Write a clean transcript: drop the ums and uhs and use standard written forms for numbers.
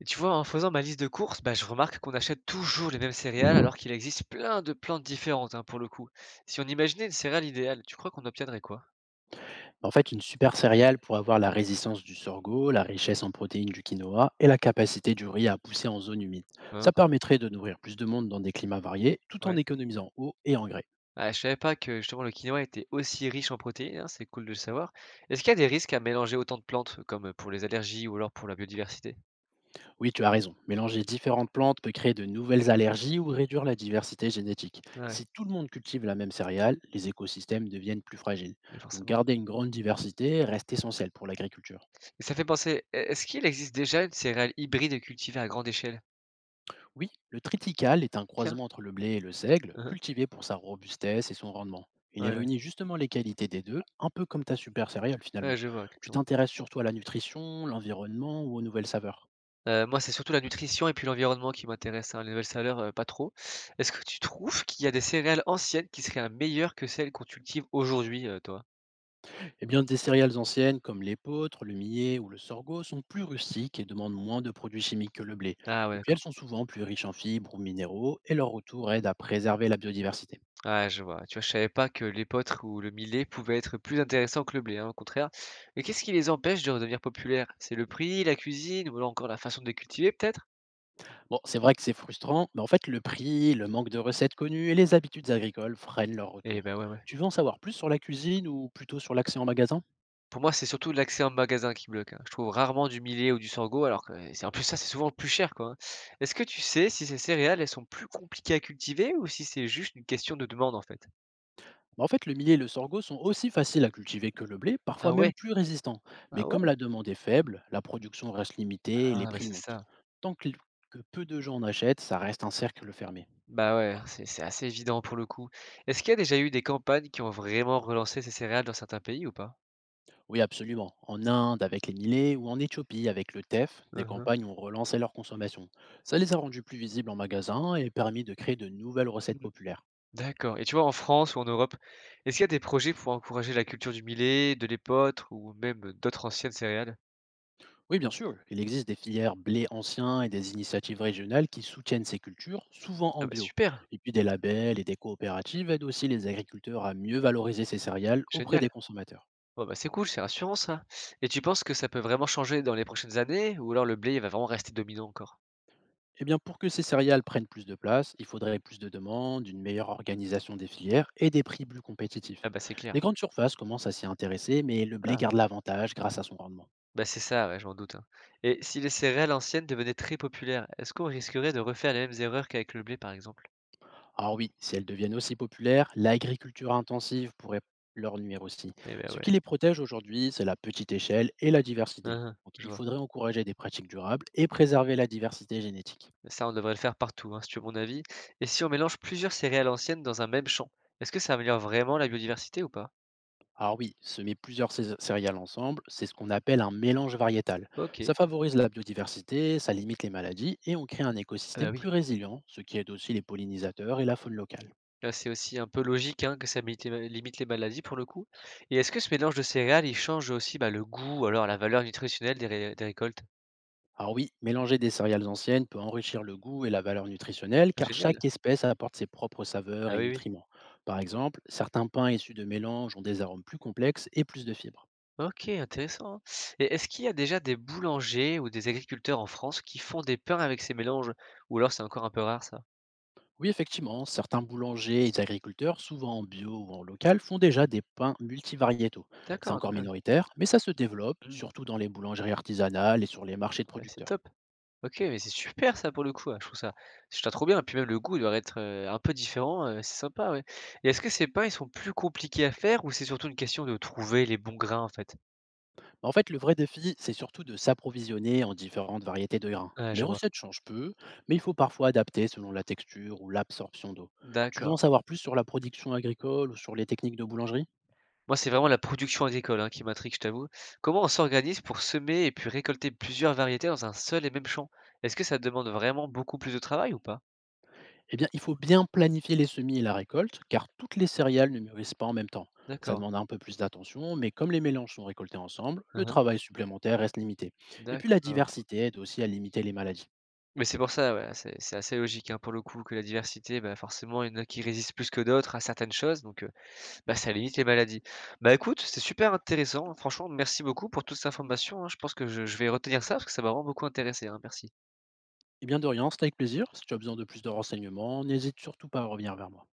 Et tu vois, en faisant ma liste de courses, bah, je remarque qu'on achète toujours les mêmes céréales alors qu'il existe plein de plantes différentes, hein, pour le coup. Si on imaginait une céréale idéale, tu crois qu'on obtiendrait quoi? En fait, une super céréale pourrait avoir la résistance du sorgho, la richesse en protéines du quinoa et la capacité du riz à pousser en zone humide. Hein, Ça permettrait de nourrir plus de monde dans des climats variés tout en ouais. économisant eau et engrais. Ah, je savais pas que justement le quinoa était aussi riche en protéines, hein, c'est cool de le savoir. Est-ce qu'il y a des risques à mélanger autant de plantes comme pour les allergies ou alors pour la biodiversité? Oui, tu as raison, mélanger différentes plantes peut créer de nouvelles allergies ou réduire la diversité génétique. Ouais, Si tout le monde cultive la même céréale, les écosystèmes deviennent plus fragiles. mais Donc forcément. garder une grande diversité reste essentiel pour l'agriculture. Et ça fait penser, est-ce qu'il existe déjà une céréale hybride cultivée à grande échelle? Oui, le triticale est un Tiens. croisement entre le blé et le seigle, Hein, cultivé pour sa robustesse et son rendement. ouais, Il ouais, réunit justement les qualités des deux, un peu comme ta super céréale ouais, finalement. je vois, Tu exactement. t'intéresses surtout à la nutrition, l'environnement ou aux nouvelles saveurs. Moi, c'est surtout la nutrition et puis l'environnement qui m'intéresse, hein. Les nouvelles saveurs, pas trop. Est-ce que tu trouves qu'il y a des céréales anciennes qui seraient, meilleures que celles qu'on cultive aujourd'hui, toi? Eh bien, des céréales anciennes comme l'épeautre, le millet ou le sorgho sont plus rustiques et demandent moins de produits chimiques que le blé. Ah ouais, Et puis elles d'accord. sont souvent plus riches en fibres ou minéraux et leur retour aide à préserver la biodiversité. Ah, je vois. Tu vois, je savais pas que l'épeautre ou le millet pouvaient être plus intéressants que le blé, hein, au contraire. Mais qu'est-ce qui les empêche de redevenir populaires? C'est le prix, la cuisine ou alors encore la façon de les cultiver peut-être? Bon, c'est vrai que c'est frustrant, mais en fait, le prix, le manque de recettes connues et les habitudes agricoles freinent leur Eh retour. ben ouais, ouais. Tu veux en savoir plus sur la cuisine ou plutôt sur l'accès en magasin. Pour moi, c'est surtout l'accès en magasin qui bloque, hein. Je trouve rarement du millet ou du sorgho alors que c'est en plus ça, c'est souvent le plus cher, quoi, hein. Est-ce que tu sais si ces céréales, elles sont plus compliquées à cultiver ou si c'est juste une question de demande, en fait? Bah, en fait, le millet et le sorgho sont aussi faciles à cultiver que le blé, parfois Ah ouais? même plus résistants. Mais Ah comme ouais? la demande est faible, la production reste limitée et les Ah bah, prix c'est montent. ça. Tant que, que peu de gens en achètent, ça reste un cercle fermé. Bah, ouais, c'est assez évident pour le coup. Est-ce qu'il y a déjà eu des campagnes qui ont vraiment relancé ces céréales dans certains pays ou pas? Oui, absolument. En Inde avec les millets ou en Éthiopie avec le teff, Mmh des mh. campagnes ont relancé leur consommation. Ça les a rendus plus visibles en magasin et permis de créer de nouvelles recettes Mmh. populaires. D'accord, et tu vois en France ou en Europe, est-ce qu'il y a des projets pour encourager la culture du millet, de l'épeautre ou même d'autres anciennes céréales? Oui, bien sûr, il existe des filières blé anciens et des initiatives régionales qui soutiennent ces cultures, souvent Ah en bah, bio. super! Et puis des labels et des coopératives aident aussi les agriculteurs à mieux valoriser ces céréales auprès Génial! des consommateurs. Bon, bah, c'est cool, c'est rassurant ça. Et tu penses que ça peut vraiment changer dans les prochaines années ou alors le blé, il va vraiment rester dominant encore? Eh bien, pour que ces céréales prennent plus de place, il faudrait plus de demandes, une meilleure organisation des filières et des prix plus Ah compétitifs. bah, c'est Les clair. grandes surfaces commencent à s'y intéresser, mais le blé Ah. garde l'avantage grâce à son rendement. Bah, c'est ça, ouais, je m'en doute, hein. Et si les céréales anciennes devenaient très populaires, est-ce qu'on risquerait de refaire les mêmes erreurs qu'avec le blé, par exemple? Alors oui, si elles deviennent aussi populaires, l'agriculture intensive pourrait leur nuire aussi. Eh ben Ce qui ouais. les protège aujourd'hui, c'est la petite échelle et la Hein, diversité. hein, Donc je il vois. faudrait encourager des pratiques durables et préserver la diversité génétique. Ça, on devrait le faire partout, hein, si tu veux mon avis. Et si on mélange plusieurs céréales anciennes dans un même champ, est-ce que ça améliore vraiment la biodiversité ou pas? Alors oui, semer plusieurs céréales ensemble, c'est ce qu'on appelle un mélange variétal. Ok. Ça favorise la biodiversité, ça limite les maladies et on crée un Ah bah écosystème oui. plus résilient, ce qui aide aussi les pollinisateurs et la faune locale. Là, c'est aussi un peu logique, hein, que ça milite les ma limite les maladies pour le coup. Et est-ce que ce mélange de céréales, il change aussi, bah, le goût ou alors la valeur nutritionnelle des ré des récoltes? Alors oui, mélanger des céréales anciennes peut enrichir le goût et la valeur nutritionnelle Ah car génial! chaque espèce apporte ses propres saveurs Ah et oui, oui. nutriments. Par exemple, certains pains issus de mélanges ont des arômes plus complexes et plus de fibres. OK, intéressant, hein. Et est-ce qu'il y a déjà des boulangers ou des agriculteurs en France qui font des pains avec ces mélanges? Ou alors c'est encore un peu rare ça? Oui, effectivement, certains boulangers et agriculteurs, souvent en bio ou en local, font déjà des pains multivariétaux. C'est D'accord, encore incroyable. minoritaire, mais ça se développe, Mmh. surtout dans les boulangeries artisanales et sur les marchés de Ouais, c'est producteurs. top. OK, mais c'est super ça pour le coup, ah, je trouve ça trop bien, et puis même le goût il doit être, un peu différent, c'est sympa, ouais, et est-ce que ces pains, ils sont plus compliqués à faire ou c'est surtout une question de trouver les bons grains, en fait? En fait, le vrai défi, c'est surtout de s'approvisionner en différentes variétés de grains. Ah, Les je vois. recettes changent peu, mais il faut parfois adapter selon la texture ou l'absorption d'eau. Tu veux D'accord. en savoir plus sur la production agricole ou sur les techniques de boulangerie? Moi, c'est vraiment la production agricole, hein, qui m'intrigue, je t'avoue. Comment on s'organise pour semer et puis récolter plusieurs variétés dans un seul et même champ? Est-ce que ça demande vraiment beaucoup plus de travail ou pas? Eh bien, il faut bien planifier les semis et la récolte, car toutes les céréales ne mûrissent pas en même temps. Ça D'accord. demande un peu plus d'attention, mais comme les mélanges sont récoltés ensemble, le Mmh. travail supplémentaire reste limité. Et puis la D'accord. diversité aide aussi à limiter les maladies. Mais c'est pour ça, ouais, c'est assez logique, hein, pour le coup, que la diversité, bah, forcément, il y en a qui résistent plus que d'autres à certaines choses, donc bah, ça limite les maladies. Bah, écoute, c'est super intéressant, franchement merci beaucoup pour toute cette information, hein. Je pense que je vais retenir ça parce que ça m'a vraiment beaucoup intéressé, hein, merci. Eh bien, Dorian, c'était avec plaisir. Si tu as besoin de plus de renseignements, n'hésite surtout pas à revenir vers moi.